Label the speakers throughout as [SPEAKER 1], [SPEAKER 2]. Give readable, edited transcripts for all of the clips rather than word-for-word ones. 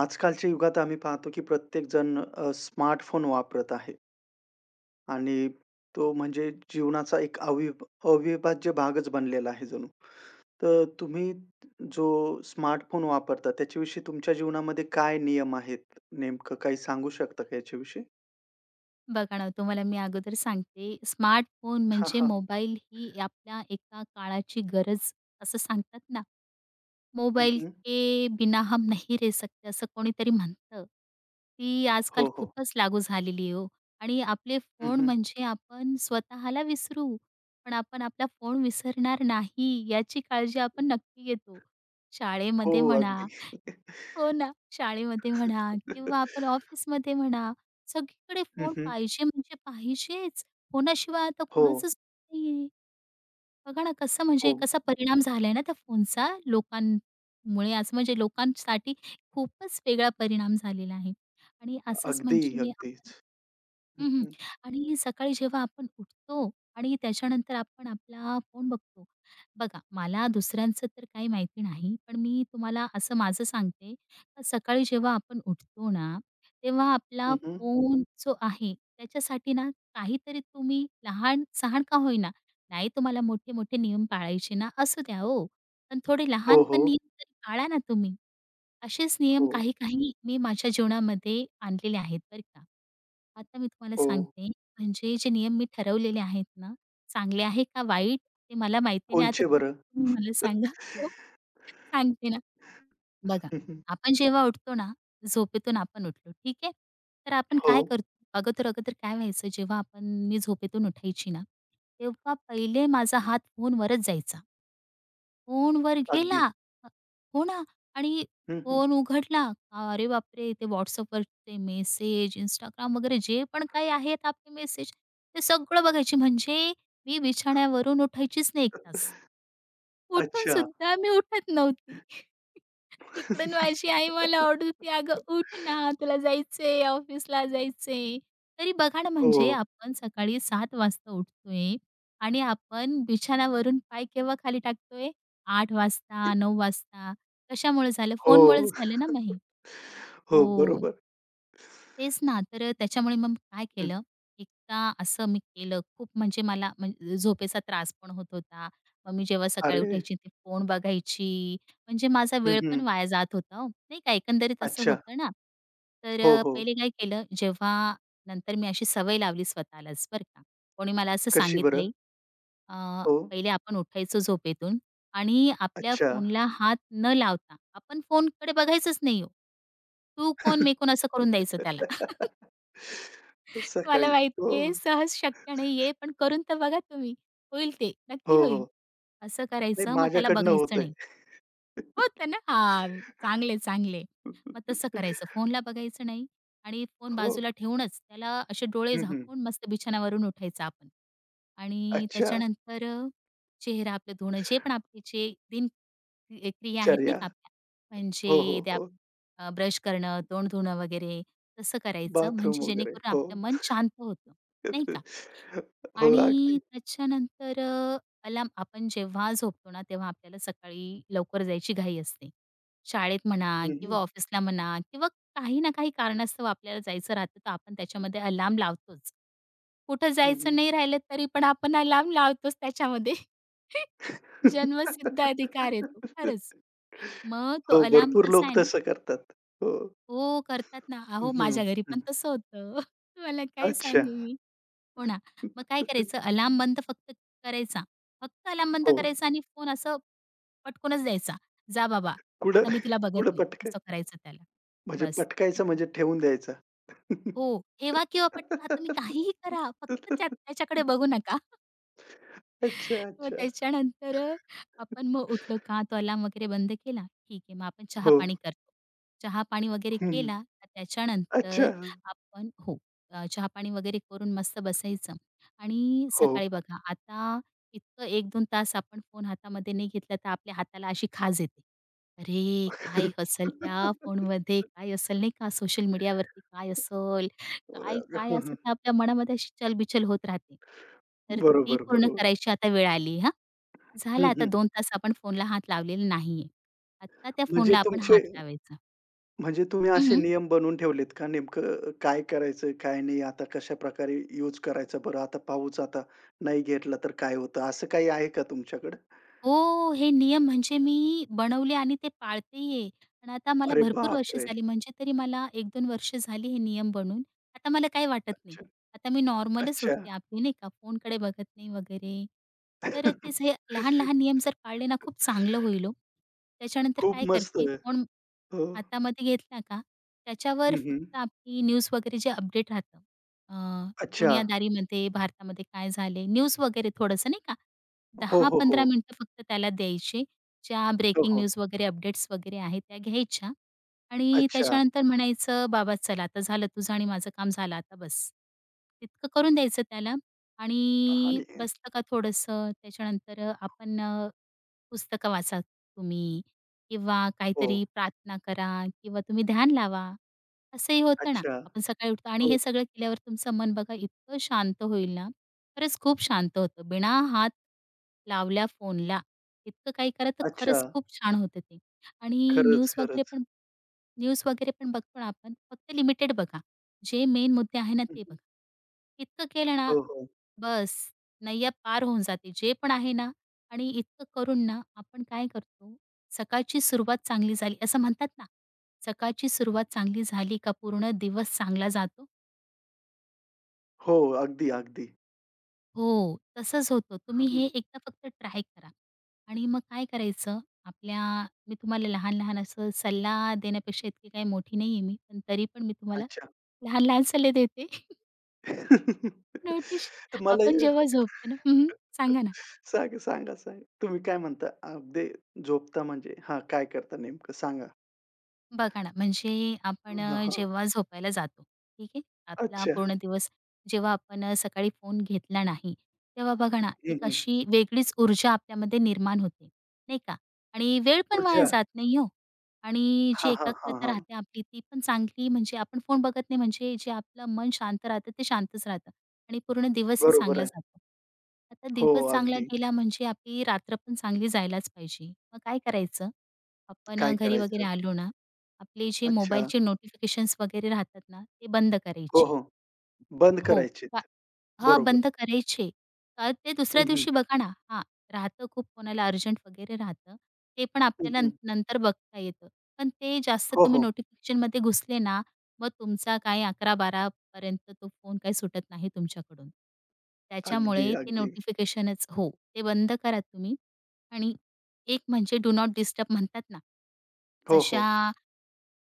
[SPEAKER 1] आजकालच्या युगात आम्ही पाहतो की प्रत्येक जण स्मार्टफोन वापरत आहे आणि तो म्हणजे जीवनाचा एक अविभाज्य भागच बनलेला आहे जणू. तर तुम्ही जो स्मार्टफोन वापरता त्याच्याविषयी तुमच्या जीवनामध्ये काय नियम आहेत? नेमकं काही सांगू शकता का याच्याविषयी?
[SPEAKER 2] बघा ना, तुम्हाला मी अगोदर सांगते, स्मार्टफोन
[SPEAKER 1] हां,
[SPEAKER 2] म्हणजे
[SPEAKER 1] हां.
[SPEAKER 2] मोबाईल ही आपल्या एका काळाची गरज असं सांगतात ना,
[SPEAKER 1] हं,
[SPEAKER 2] मोबाईल
[SPEAKER 1] हं.
[SPEAKER 2] के बिना हम नहीं रह सकते असं कोणीतरी म्हणतं. ती आजकाल
[SPEAKER 1] हो, हो.
[SPEAKER 2] खूपच लागू झालेली आहे हो आणि आपले
[SPEAKER 1] हं,
[SPEAKER 2] फोन
[SPEAKER 1] हं.
[SPEAKER 2] म्हणजे आपण स्वतःला विसरू, पण आपण आपला फोन विसरणार नाही याची काळजी आपण नक्की घेतो.
[SPEAKER 1] हो,
[SPEAKER 2] शाळेमध्ये
[SPEAKER 1] हो.
[SPEAKER 2] म्हणा
[SPEAKER 1] अगदी.
[SPEAKER 2] हो ना. शाळेमध्ये म्हणा किंवा आपण ऑफिसमध्ये म्हणा, सगळीकडे
[SPEAKER 1] हं,
[SPEAKER 2] फोन
[SPEAKER 1] हं.
[SPEAKER 2] पाहिजे म्हणजे पाहिजेच. फोनाशिवाय आता
[SPEAKER 1] हो,
[SPEAKER 2] कोणाचंच नाहीये. बघा ना कसं म्हणजे
[SPEAKER 1] हो.
[SPEAKER 2] कसा परिणाम झालाय ना त्या फोनचा लोकांमुळे आज म्हणजे लोकांसाठी खूपच वेगळा परिणाम झालेला आहे. आणि असंच
[SPEAKER 1] अगदी,
[SPEAKER 2] म्हणजे
[SPEAKER 1] अगदीच.
[SPEAKER 2] आपण
[SPEAKER 1] हं,
[SPEAKER 2] हं, हं.
[SPEAKER 1] हं.
[SPEAKER 2] आणि सकाळी जेव्हा आपण उठतो आणि त्याच्यानंतर आपण आपला फोन बघतो. बघा, मला दुसऱ्यांचं तर काही माहिती नाही, पण मी तुम्हाला असं माझं सांगते, का सकाळी जेव्हा आपण उठतो ना, तेव्हा आपला
[SPEAKER 1] हं, हं.
[SPEAKER 2] फोन जो आहे, त्याच्यासाठी ना काहीतरी तुम्ही लहान-सहान का होईना, नाही तुम्हाला मोठे-मोठे नियम पाळायचे ना, असू द्या हो, पण थोडे
[SPEAKER 1] हो,
[SPEAKER 2] लहान
[SPEAKER 1] हो.
[SPEAKER 2] पण नियम तरी पाळा ना तुम्ही. असेच
[SPEAKER 1] हो,
[SPEAKER 2] नियम काही-काही मी माझ्या जीवनामध्ये आणलेले आहेत बरं का. आता मी तुम्हाला
[SPEAKER 1] हो.
[SPEAKER 2] सांगते, म्हणजे जे नियम मी ठरवलेले आहेत ना, चांगले आहे का वाईट ते मला माहिती नाही. आता
[SPEAKER 1] कोणचे बरं?
[SPEAKER 2] तुम्ही मला सांगा. हो, सांगते ना. बघा,
[SPEAKER 1] हं, हं.
[SPEAKER 2] आपण जेव्हा उठतो ना, झोपेतून आपण उठलो, ठीक आहे. तर आपण
[SPEAKER 1] हो.
[SPEAKER 2] काय करतो, अगोदर-अगोदर काय व्हायचं, जेव्हा आपण मी झोपेतून उठायची ना, तेव्हा पहिले माझा हात फोनवरच जायचा. फोनवर गेला.
[SPEAKER 1] अगदी.
[SPEAKER 2] अ, हो ना. आणि
[SPEAKER 1] हं, हं.
[SPEAKER 2] फोन उघडला. अरे बापरे! ते WhatsAppवरचे मेसेज, Instagram वगैरे जे पण काही आहेत आपले मेसेज, ते सगळं बघायची. म्हणजे मी बिछाण्यावरून उठायचीच नाही 1 तास. उठून
[SPEAKER 1] अच्छा.
[SPEAKER 2] सुद्धा मी उठत नव्हती. तिकडून माझी आई मला ओरडत होती, "अगं उठ ना, तुला जायचंय, ऑफिसला जायचंय." तरी बघा ना,
[SPEAKER 1] हो.
[SPEAKER 2] म्हणजे आपण सकाळी 7:00 वाजता उठतोय आणि आपण बिछाणावरून पाय केव्हा खाली टाकतोय? 8:00
[SPEAKER 1] ए
[SPEAKER 2] वाजता, 9:00 वाजता. कशामुळे झालं? फोनमुळेच
[SPEAKER 1] हो,
[SPEAKER 2] झालं ना मग
[SPEAKER 1] हो.
[SPEAKER 2] हो.
[SPEAKER 1] बरोबर.
[SPEAKER 2] तेच ना, तर त्याच्यामुळे मग काय
[SPEAKER 1] हं.
[SPEAKER 2] केलं, एकदा असं मी केलं. खूप म्हणजे मला म्हणजे झोपेचा त्रास पण होत होता. मग मी जेव्हा सकाळी
[SPEAKER 1] अरे!
[SPEAKER 2] उठायची ते फोन बघायची, म्हणजे माझा
[SPEAKER 1] हं,
[SPEAKER 2] वेळ पण
[SPEAKER 1] हं.
[SPEAKER 2] वाया जात होता हो, नाही का, एकंदरीत असं
[SPEAKER 1] अच्छा.
[SPEAKER 2] होतं ना. तर
[SPEAKER 1] हो, हो.
[SPEAKER 2] पहिले काय केलं, जेव्हा नंतर मी अशी सवय लावली स्वतःलाच बरं का. कोणी मला असं
[SPEAKER 1] कशी बरं?
[SPEAKER 2] सांगितलंय, अ,
[SPEAKER 1] हो.
[SPEAKER 2] पहिले आपण उठायचो झोपेतून आणि आपल्या
[SPEAKER 1] अच्छा.
[SPEAKER 2] फोनला हात न लावता आपण फोनकडे बघायचंच नाही हो. तू कोण, मी कोण असं करून द्यायचं त्याला.
[SPEAKER 1] सकाळी.
[SPEAKER 2] मला
[SPEAKER 1] हो,
[SPEAKER 2] माहिती आहे सहज शक्य नाहीये, पण करून तर बघा तुम्ही. होईल ते,
[SPEAKER 1] हो,
[SPEAKER 2] नक्की होईल.
[SPEAKER 1] हो.
[SPEAKER 2] असं
[SPEAKER 1] नाही
[SPEAKER 2] करायचं मग त्याला
[SPEAKER 1] माझ्याकडनं
[SPEAKER 2] बघायचं
[SPEAKER 1] होतंय.
[SPEAKER 2] नाही. होतं ना. हां, चांगले, चांगले. मग तसं करायचं. फोनला बघायचं नाही आणि फोन
[SPEAKER 1] हो.
[SPEAKER 2] बाजूला ठेवूनच त्याला असे डोळे
[SPEAKER 1] हं, हं.
[SPEAKER 2] झाकून मस्त बिछाण्यावरून उठायचं आपण. आणि
[SPEAKER 1] अच्छा.
[SPEAKER 2] त्याच्यानंतर चेहरा आपलं धुणं, जे पण आपले जे दिन क्रिया आहेत नाही
[SPEAKER 1] चर्या.
[SPEAKER 2] का आपल्या,
[SPEAKER 1] हो, हो,
[SPEAKER 2] म्हणजे द्या
[SPEAKER 1] हो.
[SPEAKER 2] ब्रश करणं, तोंड धुणं वगैरे तसं करायचं.
[SPEAKER 1] बाथरूम
[SPEAKER 2] म्हणजे
[SPEAKER 1] वगैरे.
[SPEAKER 2] जेणेकरून
[SPEAKER 1] हो.
[SPEAKER 2] आपलं मन शांत होतं, नाही का?
[SPEAKER 1] हो, अगदी.
[SPEAKER 2] आणि त्याच्यानंतर अलार्म आपण जेव्हा झोपतो ना, तेव्हा आपल्याला सकाळी लवकर जायची घाई असते. शाळेत म्हणा
[SPEAKER 1] हं,
[SPEAKER 2] किंवा
[SPEAKER 1] हं.
[SPEAKER 2] ऑफिसला म्हणा किंवा काही ना काही कारणास्तव आपल्याला जायचं राहतं, तर आपण त्याच्यामध्ये अलार्म लावतोच. कुठं
[SPEAKER 1] हं,
[SPEAKER 2] जायचं नाही राहिलं तरी पण आपण अलार्म लावतोच त्याच्यामध्ये. जन्मसिद्ध अधिकार आहे तो, खरंच. मग तो
[SPEAKER 1] हो,
[SPEAKER 2] अलार्म
[SPEAKER 1] भरपूर
[SPEAKER 2] कसा
[SPEAKER 1] लोक
[SPEAKER 2] आहे ना
[SPEAKER 1] तसं करतात. हो.
[SPEAKER 2] हो, करतात ना.
[SPEAKER 1] हं,
[SPEAKER 2] अहो, माझ्या घरी
[SPEAKER 1] हं.
[SPEAKER 2] पण तसं होतं. तुम्हाला काय
[SPEAKER 1] अच्छा.
[SPEAKER 2] सांगू मी? हो ना. मग काय करायचं अलार्म बंद फक्त करायचा. फक्त अलार्म बंद
[SPEAKER 1] हो.
[SPEAKER 2] करायचा आणि फोन असं पटकूनच द्यायचा. "जा बाबा,
[SPEAKER 1] कुठं
[SPEAKER 2] आता मी तुला
[SPEAKER 1] कुठं
[SPEAKER 2] बघत नाही."
[SPEAKER 1] पटकाय
[SPEAKER 2] असं करायचं त्याला.
[SPEAKER 1] म्हणजे
[SPEAKER 2] बस. इत
[SPEAKER 1] पटकायचं, म्हणजे ठेवून द्यायचा.
[SPEAKER 2] हो. ठेवा किंवा पटका तुम्ही काहीही करा. फक्त त्याच्याकडे बघू नका.
[SPEAKER 1] अच्छा,
[SPEAKER 2] मग
[SPEAKER 1] अच्छा.
[SPEAKER 2] त्याच्यानंतर आपण मग उठलो का तो अलार्म वगैरे बंद केला. ठीक आहे, मग आपण
[SPEAKER 1] हो.
[SPEAKER 2] चहा-पाणी करतो. चहा-पाणी वगैरे
[SPEAKER 1] हं, हं.
[SPEAKER 2] केला का
[SPEAKER 1] अच्छा.
[SPEAKER 2] त्याच्यानंतर आपण हो, चहा-पाणी वगैरे करून मस्त बसायचं आणि
[SPEAKER 1] हो.
[SPEAKER 2] सकाळी बघा आता इतकं एक 2 तास आपण फोन हातामध्ये नाही घेतला तर आपल्या हाताला अशी खाज येते. अरे, काय असेल त्या फोनमध्ये? काय असेल नाही का सोशल मीडियावरती काय असेल? काय,
[SPEAKER 1] हं,
[SPEAKER 2] काय असं
[SPEAKER 1] हं.
[SPEAKER 2] ते आपल्या मनामध्ये अशी चलबिचल होत राहते. तर ती
[SPEAKER 1] बरोबर,
[SPEAKER 2] पूर्ण
[SPEAKER 1] बरोबर.
[SPEAKER 2] करायची आता वेळ आली हां. झालं
[SPEAKER 1] हं,
[SPEAKER 2] आता
[SPEAKER 1] हं.
[SPEAKER 2] 2 तास आपण फोनला हात लावलेला नाहीये. आता त्या
[SPEAKER 1] म्हणजे
[SPEAKER 2] फोनला आपण
[SPEAKER 1] तुमचे
[SPEAKER 2] हात लावायचा.
[SPEAKER 1] म्हणजे तुम्ही असे
[SPEAKER 2] हं,
[SPEAKER 1] नियम बनवून ठेवलेत का? नेमकं काय करायचं, काय नाही? आता कशाप्रकारे यूज करायचा बरं? आता नाही घेतला तर काय होतं? असं काही आहे का तुमच्याकडे?
[SPEAKER 2] हो, हे नियम म्हणजे मी बनवले आणि ते पाळतेय. पण आता मला
[SPEAKER 1] अरे
[SPEAKER 2] भरपूर वर्ष
[SPEAKER 1] बापरे!
[SPEAKER 2] झाली म्हणजे तरी मला 1-2 वर्ष झाली हे नियम बनून. आता मला काही वाटत नाही.
[SPEAKER 1] अच्छा,
[SPEAKER 2] आता मी नॉर्मलच
[SPEAKER 1] अच्छा.
[SPEAKER 2] उठते आपली नाही का, फोनकडे बघत नाही वगैरे. तर तेच हे लहान-लहान नियम जर पाळले ना, खूप चांगलं होईल हो. त्याच्यानंतर
[SPEAKER 1] खूप
[SPEAKER 2] काय
[SPEAKER 1] मस्त.
[SPEAKER 2] करते, फोन
[SPEAKER 1] हो.
[SPEAKER 2] हातामध्ये घेतला का, त्याच्यावर
[SPEAKER 1] हं, हं.
[SPEAKER 2] फक्त आपली न्यूज वगैरे जे अपडेट राहतं, अ,
[SPEAKER 1] अच्छा.
[SPEAKER 2] दुनियादारीमध्ये, भारतामध्ये काय झाले, न्यूज वगैरे थोडंसं नाही का,
[SPEAKER 1] हो, हो,
[SPEAKER 2] 10-15
[SPEAKER 1] हो.
[SPEAKER 2] मिनिटं फक्त त्याला द्यायचे. ज्या
[SPEAKER 1] हो,
[SPEAKER 2] ब्रेकिंग
[SPEAKER 1] हो.
[SPEAKER 2] न्यूज वगैरे, अपडेट्स वगैरे आहेत त्या घ्यायच्या. आणि
[SPEAKER 1] अच्छा
[SPEAKER 2] त्याच्यानंतर म्हणायचं, "बाबा चला आता झालं तुझं आणि माझं काम झालं आता बस." इतकं करून द्यायचं त्याला आणि
[SPEAKER 1] आणि
[SPEAKER 2] बसलं का थोडंसं त्याच्यानंतर आपण पुस्तकं वाचा तुम्ही किंवा
[SPEAKER 1] हो.
[SPEAKER 2] काहीतरी प्रार्थना करा किंवा तुम्ही ध्यान लावा. असंही होतं ना,
[SPEAKER 1] अच्छा.
[SPEAKER 2] आपण सकाळी उठतो आणि
[SPEAKER 1] हो.
[SPEAKER 2] हे सगळं केल्यावर तुमचं मन बघा इतकं शांत होईल ना, खरंच खूप शांत होतं. बिना हात लावल्या फोनला इतकं काही करा तर
[SPEAKER 1] अच्छा.
[SPEAKER 2] खरंच खूप छान होतं ते आणि
[SPEAKER 1] खरंच,
[SPEAKER 2] न्यूज वगैरे
[SPEAKER 1] खरंच.
[SPEAKER 2] पण न्यूज वगैरे पण बघतो ना आपण, फक्त लिमिटेड बघा. जे मेन मुद्दे आहे ना
[SPEAKER 1] हं,
[SPEAKER 2] ते बघा. इतकं केलं ना
[SPEAKER 1] हो, हो.
[SPEAKER 2] बस नय्या पार होऊन जाते. जे पण आहे ना आणि इतकं करून ना आपण काय करतो, सकाळची सुरुवात चांगली झाली असं म्हणतात ना, सकाळची सुरुवात चांगली झाली का पूर्ण दिवस चांगला जातो.
[SPEAKER 1] हो. अगदी, अगदी.
[SPEAKER 2] हो, तसंच होतं. तुम्ही
[SPEAKER 1] हं,
[SPEAKER 2] हे एकदा फक्त ट्राय करा. आणि मग काय करायचं आपल्या मी तुम्हाला लहान-लहान असं सल्ला देण्यापेक्षा इतकी काही मोठी नाही आहे मी. पण तरी पण मी तुम्हाला
[SPEAKER 1] अच्छा.
[SPEAKER 2] लहान-लहान सल्ले देते. नोटीशी
[SPEAKER 1] मला
[SPEAKER 2] आपण
[SPEAKER 1] हे
[SPEAKER 2] जेव्हा झोपतो ना हं. सांगा ना?
[SPEAKER 1] सांगा, सांगा, सांगा. तुम्ही काय म्हणता? अगदी. झोपता म्हणजे हां, काय करता नेमकं सांगा?
[SPEAKER 2] बघा ना, म्हणजे
[SPEAKER 1] हां,
[SPEAKER 2] आपण
[SPEAKER 1] हां.
[SPEAKER 2] जेव्हा झोपायला जातो, ठीक आहे? आपला
[SPEAKER 1] अच्छा.
[SPEAKER 2] पूर्ण दिवस जेव्हा आपण सकाळी फोन घेतला नाही, तेव्हा बघा ना,
[SPEAKER 1] हं,
[SPEAKER 2] एक
[SPEAKER 1] हं.
[SPEAKER 2] अशी वेगळीच ऊर्जा आपल्यामध्ये निर्माण होते, नाही का? आणि वेळ पण वाया
[SPEAKER 1] ऊर्जा.
[SPEAKER 2] जात नाही हो. आणि जी
[SPEAKER 1] हां, हां, हां,
[SPEAKER 2] एकाग्रता
[SPEAKER 1] हां.
[SPEAKER 2] राहते आपली, ती पण चांगली म्हणजे आपण फोन बघत नाही, म्हणजे जे आपलं मन शांत राहतं, ते शांतच राहतं आणि पूर्ण दिवसही
[SPEAKER 1] बरोबर
[SPEAKER 2] चांगला
[SPEAKER 1] आहे.
[SPEAKER 2] जातो. आता
[SPEAKER 1] हो,
[SPEAKER 2] दिवस चांगला
[SPEAKER 1] अगदी.
[SPEAKER 2] गेला म्हणजे आपली रात्र पण चांगली जायलाच पाहिजे. मग काय करायचं? आपण
[SPEAKER 1] काय
[SPEAKER 2] घरी वगैरे
[SPEAKER 1] करायचं?
[SPEAKER 2] आलो ना, आपले जे
[SPEAKER 1] अच्छा.
[SPEAKER 2] मोबाईलचे नोटिफिकेशन्स वगैरे राहतात ना, ते बंद
[SPEAKER 1] हो,
[SPEAKER 2] करायचे.
[SPEAKER 1] हो. बंद
[SPEAKER 2] हो. का
[SPEAKER 1] करायचेत.
[SPEAKER 2] हां,
[SPEAKER 1] बरोबर.
[SPEAKER 2] बंद करायचे. ते दुसऱ्या
[SPEAKER 1] हं, हं.
[SPEAKER 2] दिवशी बघा ना हां, राहतं खूप कोणाला अर्जंट वगैरे राहतं. ते पण
[SPEAKER 1] हं,
[SPEAKER 2] आपल्याला न
[SPEAKER 1] हं.
[SPEAKER 2] नंतर बघता येतं. पण ते जास्त
[SPEAKER 1] हो,
[SPEAKER 2] तुम्ही
[SPEAKER 1] हो.
[SPEAKER 2] नोटिफिकेशनमध्ये घुसले ना, मग तुमचा काय 11-12 पर्यंत तो फोन काही सुटत नाही तुमच्याकडून.
[SPEAKER 1] अगदी,
[SPEAKER 2] त्याच्यामुळे ते
[SPEAKER 1] अगदी.
[SPEAKER 2] नोटिफिकेशनच हो, ते बंद करा तुम्ही आणि एक म्हणजे डू नॉट डिस्टर्ब म्हणतात ना,
[SPEAKER 1] हो,
[SPEAKER 2] जशा
[SPEAKER 1] हो.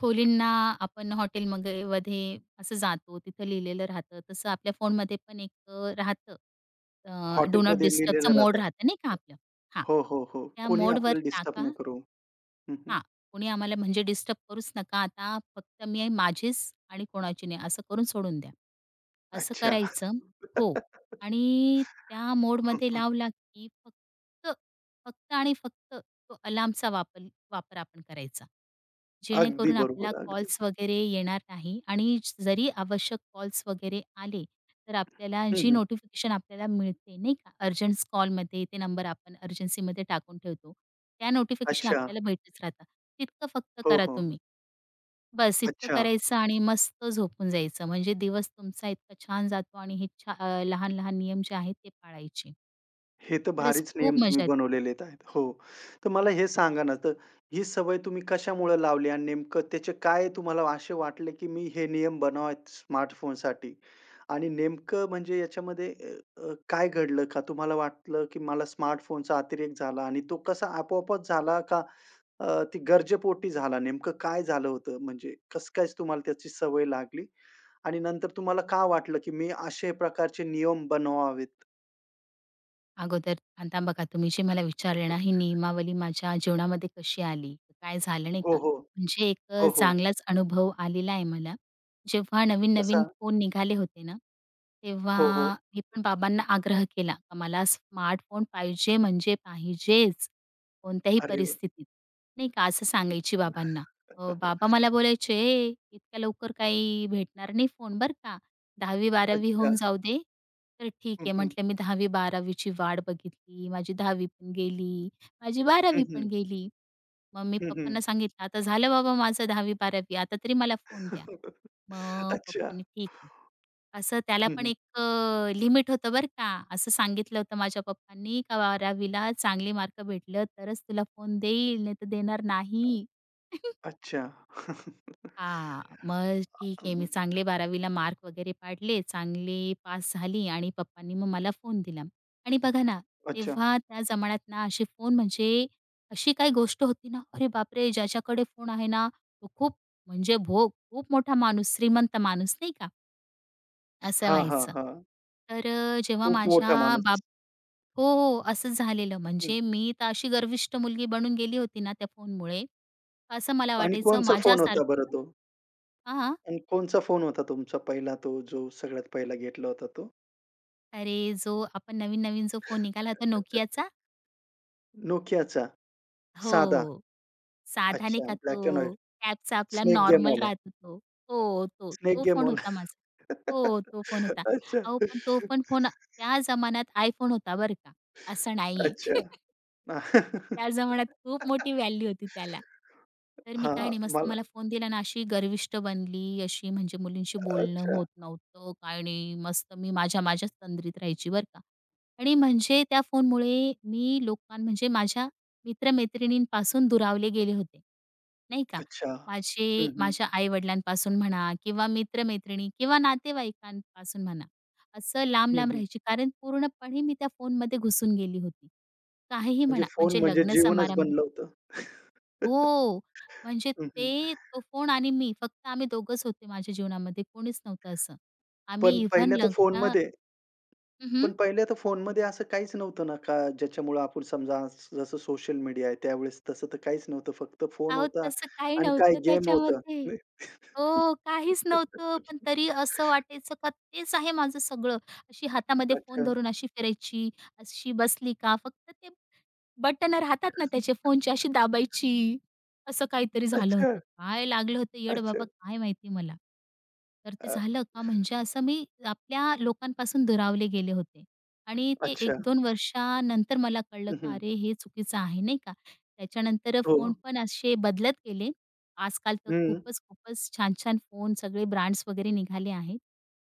[SPEAKER 2] खोलींना आपण हॉटेलमध्ये असं जातो, तिथं लिहिलेलं राहतं. तसं आपल्या फोनमध्ये पण एक राहतं. डू नॉट
[SPEAKER 1] हॉटेलमध्ये लिहिलेलं
[SPEAKER 2] डिस्टर्बचा मोड
[SPEAKER 1] राहतं.
[SPEAKER 2] राहतं नाही का आपलं? हां.
[SPEAKER 1] हो, हो, हो.
[SPEAKER 2] त्या
[SPEAKER 1] कोणी
[SPEAKER 2] मोडवर
[SPEAKER 1] आपल्याला डिस्टर्ब नाही
[SPEAKER 2] टाका
[SPEAKER 1] करू. हं, हं.
[SPEAKER 2] हां, कोणी आम्हाला म्हणजे डिस्टर्ब करूच नका. आता फक्त मी आहे, माझीच आणि कोणाची नाही असं करून सोडून द्या. असं
[SPEAKER 1] अच्छा.
[SPEAKER 2] करायचं हो. आणि त्या मोडमध्ये लावला की फक्त, फक्त आणि फक्त तो अलार्मचा वापर वापर आपण करायचा.
[SPEAKER 1] अगदी
[SPEAKER 2] जेणेकरून आपल्याला
[SPEAKER 1] बरोबर, अगदी.
[SPEAKER 2] कॉल्स वगैरे येणार नाही आणि जरी आवश्यक कॉल्स वगैरे आले, तर आपल्याला
[SPEAKER 1] हं,
[SPEAKER 2] जी
[SPEAKER 1] हं.
[SPEAKER 2] नोटिफिकेशन आपल्याला मिळते नाही का, अर्जंट कॉलमध्ये ते नंबर आपण अर्जन्सीमध्ये टाकून ठेवतो. त्या नोटिफिकेशन
[SPEAKER 1] अच्छा.
[SPEAKER 2] आपल्याला भेटतच राहतात. तितकं फक्त
[SPEAKER 1] हो,
[SPEAKER 2] करा
[SPEAKER 1] हो.
[SPEAKER 2] तुम्ही. बस इतकं
[SPEAKER 1] अच्छा.
[SPEAKER 2] करायचं आणि मस्त झोपून जायचं. म्हणजे दिवस तुमचा इतका छान जातो आणि हे लहान-लहान नियम जे आहेत ते पाळायचे.
[SPEAKER 1] हे तर
[SPEAKER 2] खरंच
[SPEAKER 1] भारीच
[SPEAKER 2] खूप
[SPEAKER 1] नियम तुम्ही
[SPEAKER 2] मजा येते.
[SPEAKER 1] बनवलेलेत आहेत. हो. तर मला हे सांगा ना, तर ही सवय तुम्ही कशामुळे लावली आणि नेमकं त्याचे काय तुम्हाला असे वाटले, की मी हे नियम बनवावेत स्मार्टफोनसाठी? आणि नेमकं म्हणजे याच्यामध्ये अ, अ, काय घडलं का तुम्हाला वाटलं, की मला स्मार्टफोनचा अतिरेक झाला आणि तो कसा आपोआपच झाला का अ, ती गरजेपोटी झाला? नेमकं काय झालं होतं? म्हणजे कसं काय तुम्हाला त्याची सवय लागली? आणि नंतर तुम्हाला का वाटलं, की मी असे प्रकारचे नियम बनवावेत?
[SPEAKER 2] अगोदर आता बघा तुम्ही जे मला विचारले ना, ही नियमावली माझ्या जीवनामध्ये कशी आली? काय झालं नाही
[SPEAKER 1] हो,
[SPEAKER 2] का?
[SPEAKER 1] हो.
[SPEAKER 2] म्हणजे एक
[SPEAKER 1] हो, हो.
[SPEAKER 2] चांगलाच अनुभव आलेला आहे मला. जेव्हा
[SPEAKER 1] तसा
[SPEAKER 2] नवीन-नवीन फोन निघाले होते ना, तेव्हा
[SPEAKER 1] हो, हो.
[SPEAKER 2] मी पण बाबांना आग्रह केला, का मला स्मार्टफोन पाहिजे म्हणजे पाहिजेच, कोणत्याही
[SPEAKER 1] अरे वाह!
[SPEAKER 2] परिस्थितीत. नाही का असं सांगायची बाबांना. बाबा मला बोलायचे, "ए, इतक्या लवकर काही भेटणार नाही फोन बरं का. 10वी-12वी
[SPEAKER 1] अच्छा.
[SPEAKER 2] होऊन जाऊ दे." तर ठीक
[SPEAKER 1] हं,
[SPEAKER 2] आहे
[SPEAKER 1] हं.
[SPEAKER 2] म्हटलं मी 10वी-12वी ची वाट बघितली. माझी 10वी पण गेली, माझी
[SPEAKER 1] हं,
[SPEAKER 2] 12वी
[SPEAKER 1] हं.
[SPEAKER 2] पण गेली. मग मी
[SPEAKER 1] हं, हं.
[SPEAKER 2] पप्पांना सांगितलं, "आता झालं बाबा माझं 10वी-12वी आता तरी मला फोन द्या." मग
[SPEAKER 1] अच्छा.
[SPEAKER 2] पप्पांनी ठीक आहे. असं त्याला
[SPEAKER 1] हं,
[SPEAKER 2] पण
[SPEAKER 1] हं.
[SPEAKER 2] एक लिमिट होतं बरं का. असं सांगितलं होतं माझ्या पप्पांनी का 12वीला चांगले मार्क भेटलं तरच तुला फोन देईल, नाहीतर देणार नाही.
[SPEAKER 1] अच्छा.
[SPEAKER 2] हां, मग ठीक आहे.
[SPEAKER 1] हं.
[SPEAKER 2] मी चांगले 12वी मार्क वगैरे पाडले, चांगले पास झाली आणि पप्पांनी मग मला फोन दिला. आणि बघा ना,
[SPEAKER 1] अच्छा.
[SPEAKER 2] तेव्हा त्या जमान्यात ना असे फोन म्हणजे अशी काही गोष्ट होती ना, अरे बापरे! ज्याच्याकडे फोन आहे ना, तो खूप म्हणजे खूप मोठा माणूस, श्रीमंत माणूस नाही का, असं
[SPEAKER 1] हां, हां,
[SPEAKER 2] व्हायचं.
[SPEAKER 1] हां.
[SPEAKER 2] तर जेव्हा
[SPEAKER 1] खूप
[SPEAKER 2] माझ्या
[SPEAKER 1] मोठा माणूस.
[SPEAKER 2] बाब हो, हो, असंच झालेलं.
[SPEAKER 1] हं.
[SPEAKER 2] म्हणजे मी तर अशी गर्विष्ठ मुलगी बनून गेली होती ना त्या फोनमुळे, असं मला
[SPEAKER 1] आणि
[SPEAKER 2] वाटायचं
[SPEAKER 1] कोणचा फोन होता बरं
[SPEAKER 2] माझ्यासारखं
[SPEAKER 1] तो?
[SPEAKER 2] हां.
[SPEAKER 1] आणि कोणचा फोन होता तुमचा पहिला तो जो सगळ्यात पहिला घेतला होता तो?
[SPEAKER 2] अरे, जो आपण नवीन-नवीन जो फोन निघाला होता Nokiaचा,
[SPEAKER 1] Nokiaचा साधा.
[SPEAKER 2] हो. साधा नाही
[SPEAKER 1] अच्छा.
[SPEAKER 2] का तो
[SPEAKER 1] ब्लॅक एंड व्हाईट.
[SPEAKER 2] टॅबचा आपला
[SPEAKER 1] स्नेक
[SPEAKER 2] नॉर्मल
[SPEAKER 1] गेमवाला.
[SPEAKER 2] राहतो तो. हो, तो.
[SPEAKER 1] स्नेक
[SPEAKER 2] तो फोन
[SPEAKER 1] गेमवाला.
[SPEAKER 2] होता माझा. हो, तो फोन होता.
[SPEAKER 1] अच्छा.
[SPEAKER 2] अहो, पण तो पण फोन त्या जमान्यात iPhone होता बरं का. असं नाहीये.
[SPEAKER 1] अच्छा.
[SPEAKER 2] त्या जमान्यात खूप मोठी व्हॅल्यू होती त्याला. तर मी काय
[SPEAKER 1] हां,
[SPEAKER 2] नाही मस्त
[SPEAKER 1] मला
[SPEAKER 2] मला फोन दिला ना अशी गर्विष्ठ बनली, अशी म्हणजे मुलींशी बोलणं
[SPEAKER 1] अच्छा,
[SPEAKER 2] होत नव्हतं, काय नाही. मस्त मी माझ्याच तंद्रीत राहायची बरं का. आणि म्हणजे त्या फोनमुळे मी म्हणजे माझ्या मित्र-मैत्रिणींपासून दुरावले गेले होते, नाही का.
[SPEAKER 1] अच्छा.
[SPEAKER 2] माझे
[SPEAKER 1] हं, हं.
[SPEAKER 2] माझ्या आई-वडिलांपासून म्हणा किंवा मित्र-मैत्रिणी किंवा नातेवाईकांपासून म्हणा, असं
[SPEAKER 1] हं,
[SPEAKER 2] लांब-लांब
[SPEAKER 1] हं.
[SPEAKER 2] राहायची. कारण पूर्णपणे मी त्या फोनमध्ये घुसून गेली होती. काहीही
[SPEAKER 1] म्हणजे
[SPEAKER 2] म्हणा,
[SPEAKER 1] फोन
[SPEAKER 2] म्हणजे
[SPEAKER 1] म्हणजे
[SPEAKER 2] लग्न
[SPEAKER 1] जीवनच
[SPEAKER 2] समारंभ
[SPEAKER 1] बनलं होतं.
[SPEAKER 2] हो, म्हणजे
[SPEAKER 1] हं, हं.
[SPEAKER 2] ते तो फोन आणि मी फक्त आम्ही दोघंच होते माझ्या जीवनामध्ये, कोणीच नव्हतं असं.
[SPEAKER 1] पण
[SPEAKER 2] आम्ही इव्हन
[SPEAKER 1] पहिल्या तर
[SPEAKER 2] लग्न
[SPEAKER 1] फोनमध्ये पण पहिल्या तर फोनमध्ये असं काहीच नव्हतं ना, का ज्याच्यामुळं आपण समजा जसं सोशल मीडिया आहे त्यावेळेस तसं तर काहीच नव्हतं. फक्त फोन
[SPEAKER 2] अहो,
[SPEAKER 1] होता
[SPEAKER 2] तसं काही
[SPEAKER 1] आणि काही
[SPEAKER 2] नव्हतं
[SPEAKER 1] गेम होतं.
[SPEAKER 2] त्याच्यामध्ये. हो, काहीच नव्हतं. पण तरी असं वाटायचं का तेच आहे माझं सगळं. अशी हातामध्ये फोन
[SPEAKER 1] अच्छा.
[SPEAKER 2] धरून अशी फिरायची, अशी बसली का फक्त ते बटन राहतात ना त्याचे फोनची अशी दाबायची. असं काहीतरी झालं
[SPEAKER 1] अच्छा,
[SPEAKER 2] होतं. काय लागलं होतं येड
[SPEAKER 1] अच्छा.
[SPEAKER 2] बाबा काय माहिती मला. तर ते
[SPEAKER 1] अ,
[SPEAKER 2] झालं का म्हणजे असं मी आपल्या लोकांपासून दुरावले गेले होते. आणि ते
[SPEAKER 1] अच्छा.
[SPEAKER 2] 1-2 वर्षानंतर मला कळलं
[SPEAKER 1] हं,
[SPEAKER 2] का
[SPEAKER 1] हं.
[SPEAKER 2] अरे हे चुकीचं आहे नाही का. त्याच्यानंतर
[SPEAKER 1] हो.
[SPEAKER 2] फोन पण असे बदलत गेले. आजकाल तर
[SPEAKER 1] हं.
[SPEAKER 2] खूपच, खूपच छान-छान फोन सगळे ब्रँड्स वगैरे निघाले आहेत.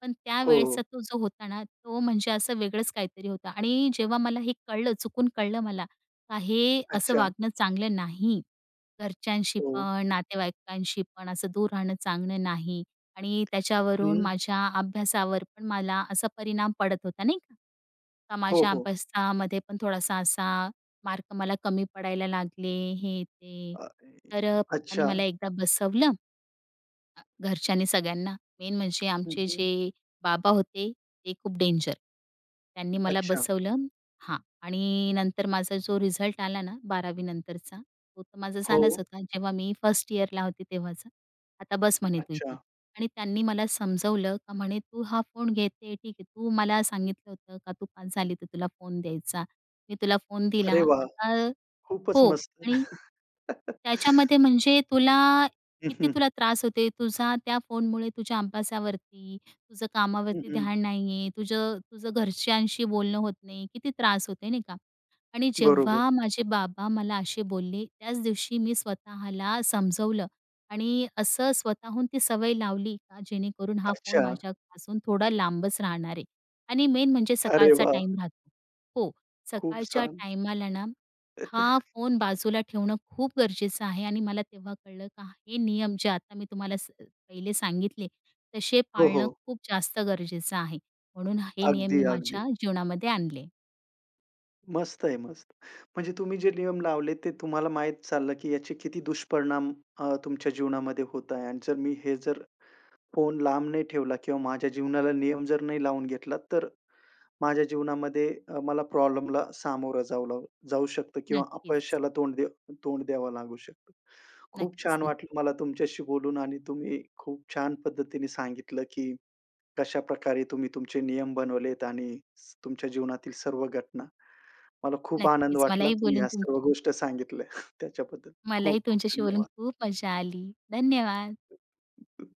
[SPEAKER 2] पण
[SPEAKER 1] हो.
[SPEAKER 2] त्यावेळेसचा तो जो होता ना, तो म्हणजे असं वेगळंच काहीतरी होता आणि जेव्हा मला हे कळलं, चुकून कळलं मला, का हे असं
[SPEAKER 1] अच्छा.
[SPEAKER 2] वागणं चांगलं नाही. घरच्यांशी
[SPEAKER 1] हो.
[SPEAKER 2] पण, नातेवाईकांशी पण असं दूर राहणं चांगलं नाही आणि त्याच्यावरून
[SPEAKER 1] हं.
[SPEAKER 2] माझ्या अभ्यासावर पण मला असा परिणाम पडत होता नाही का. का
[SPEAKER 1] हो,
[SPEAKER 2] माझ्या
[SPEAKER 1] हो.
[SPEAKER 2] अभ्यासामध्ये पण थोडासा असा मार्क मला कमी पडायला लागले, हे ते.
[SPEAKER 1] अ,
[SPEAKER 2] तर पप्पांनी
[SPEAKER 1] अच्छा.
[SPEAKER 2] मला एकदा बसवलं घरच्यांनी सगळ्यांना. मेन म्हणजे
[SPEAKER 1] हं,
[SPEAKER 2] आमचे
[SPEAKER 1] हं.
[SPEAKER 2] जे बाबा होते ते खूप डेंजर. त्यांनी मला
[SPEAKER 1] अच्छा.
[SPEAKER 2] बसवलं हां. आणि नंतर माझा जो रिझल्ट आला ना बारावी नंतरचा, तो तर माझा
[SPEAKER 1] हो.
[SPEAKER 2] झालाच होता. जेव्हा मी फर्स्ट इयरला होते तेव्हाचा. आता बस म्हणे तू इथे.
[SPEAKER 1] अच्छा.
[SPEAKER 2] आणि त्यांनी मला समजवलं का म्हणे, "तू हा फोन घेते ठीक आहे. तू मला सांगितलं होतं का तू पास झाली तर तुला फोन द्यायचा. मी तुला फोन दिला.
[SPEAKER 1] अरे वाह!
[SPEAKER 2] आता"
[SPEAKER 1] खूपच
[SPEAKER 2] हो.
[SPEAKER 1] मस्त.
[SPEAKER 2] आणि त्याच्यामध्ये म्हणजे
[SPEAKER 1] हं,
[SPEAKER 2] किती
[SPEAKER 1] हं.
[SPEAKER 2] तुला त्रास होते. तुझा त्या फोनमुळे तुझ्या अभ्यासावरती, तुझं
[SPEAKER 1] हं,
[SPEAKER 2] कामावरती
[SPEAKER 1] हं.
[SPEAKER 2] ध्यान नाहीये, तुझं तुझं घरच्यांशी बोलणं होत नाही. किती त्रास होते नाही का? आणि
[SPEAKER 1] बरोबर.
[SPEAKER 2] जेव्हा माझे बाबा मला असे बोलले, त्याच दिवशी मी स्वतःला समजवलं आणि असं स्वतःहून ती सवय लावली का जेणेकरून हा फोन
[SPEAKER 1] अच्छा.
[SPEAKER 2] माझ्यापासून थोडा लांबच राहणार आहे. आणि मेन म्हणजे
[SPEAKER 1] अरे
[SPEAKER 2] सकाळचा
[SPEAKER 1] वाह!
[SPEAKER 2] टाईम राहतो. हो,
[SPEAKER 1] खूप
[SPEAKER 2] सकाळच्या
[SPEAKER 1] छान.
[SPEAKER 2] टाईमाला ना हा फोन बाजूला ठेवणं खूप गरजेचं आहे आणि मला तेव्हा कळलं का हे नियम जे आता मी तुम्हाला पहिले सांगितले तसे
[SPEAKER 1] हो, हो.
[SPEAKER 2] पाळणं खूप जास्त गरजेचं आहे. म्हणून हे नियम
[SPEAKER 1] अगदी,
[SPEAKER 2] मी
[SPEAKER 1] अगदी.
[SPEAKER 2] माझ्या जीवनामध्ये आणले.
[SPEAKER 1] मस्त आहे, मस्त. म्हणजे तुम्ही जे नियम लावले ते तुम्हाला माहीत चाललं, की याचे किती दुष्परिणाम तुमच्या जीवनामध्ये होत आहे आणि जर मी हे जर फोन लांब नाही ठेवला किंवा माझ्या जीवनाला नियम जर नाही लावून घेतला, तर माझ्या जीवनामध्ये मला प्रॉब्लेमला सामोरं जावं जाऊ शकतं किंवा
[SPEAKER 2] नक्कीच,
[SPEAKER 1] अपयशाला तोंड द्यावं लागू शकतं. खूप
[SPEAKER 2] नक्कीच,
[SPEAKER 1] छान वाटलं
[SPEAKER 2] नक्कीच,
[SPEAKER 1] मला तुमच्याशी बोलून आणि तुम्ही खूप छान पद्धतीने सांगितलं, की कशाप्रकारे तुम्ही तुमचे नियम बनवलेत आणि तुमच्या जीवनातील सर्व घटना. मला खूप आनंद
[SPEAKER 2] नक्कीच.
[SPEAKER 1] वाटला तुम्ही ह्या सर्व गोष्ट सांगितल्या त्याच्याबद्दल. खूप
[SPEAKER 2] मलाही
[SPEAKER 1] खूप
[SPEAKER 2] तुमच्याशी बोलून
[SPEAKER 1] धन्यवाद.
[SPEAKER 2] खूप मजा आली. धन्यवाद.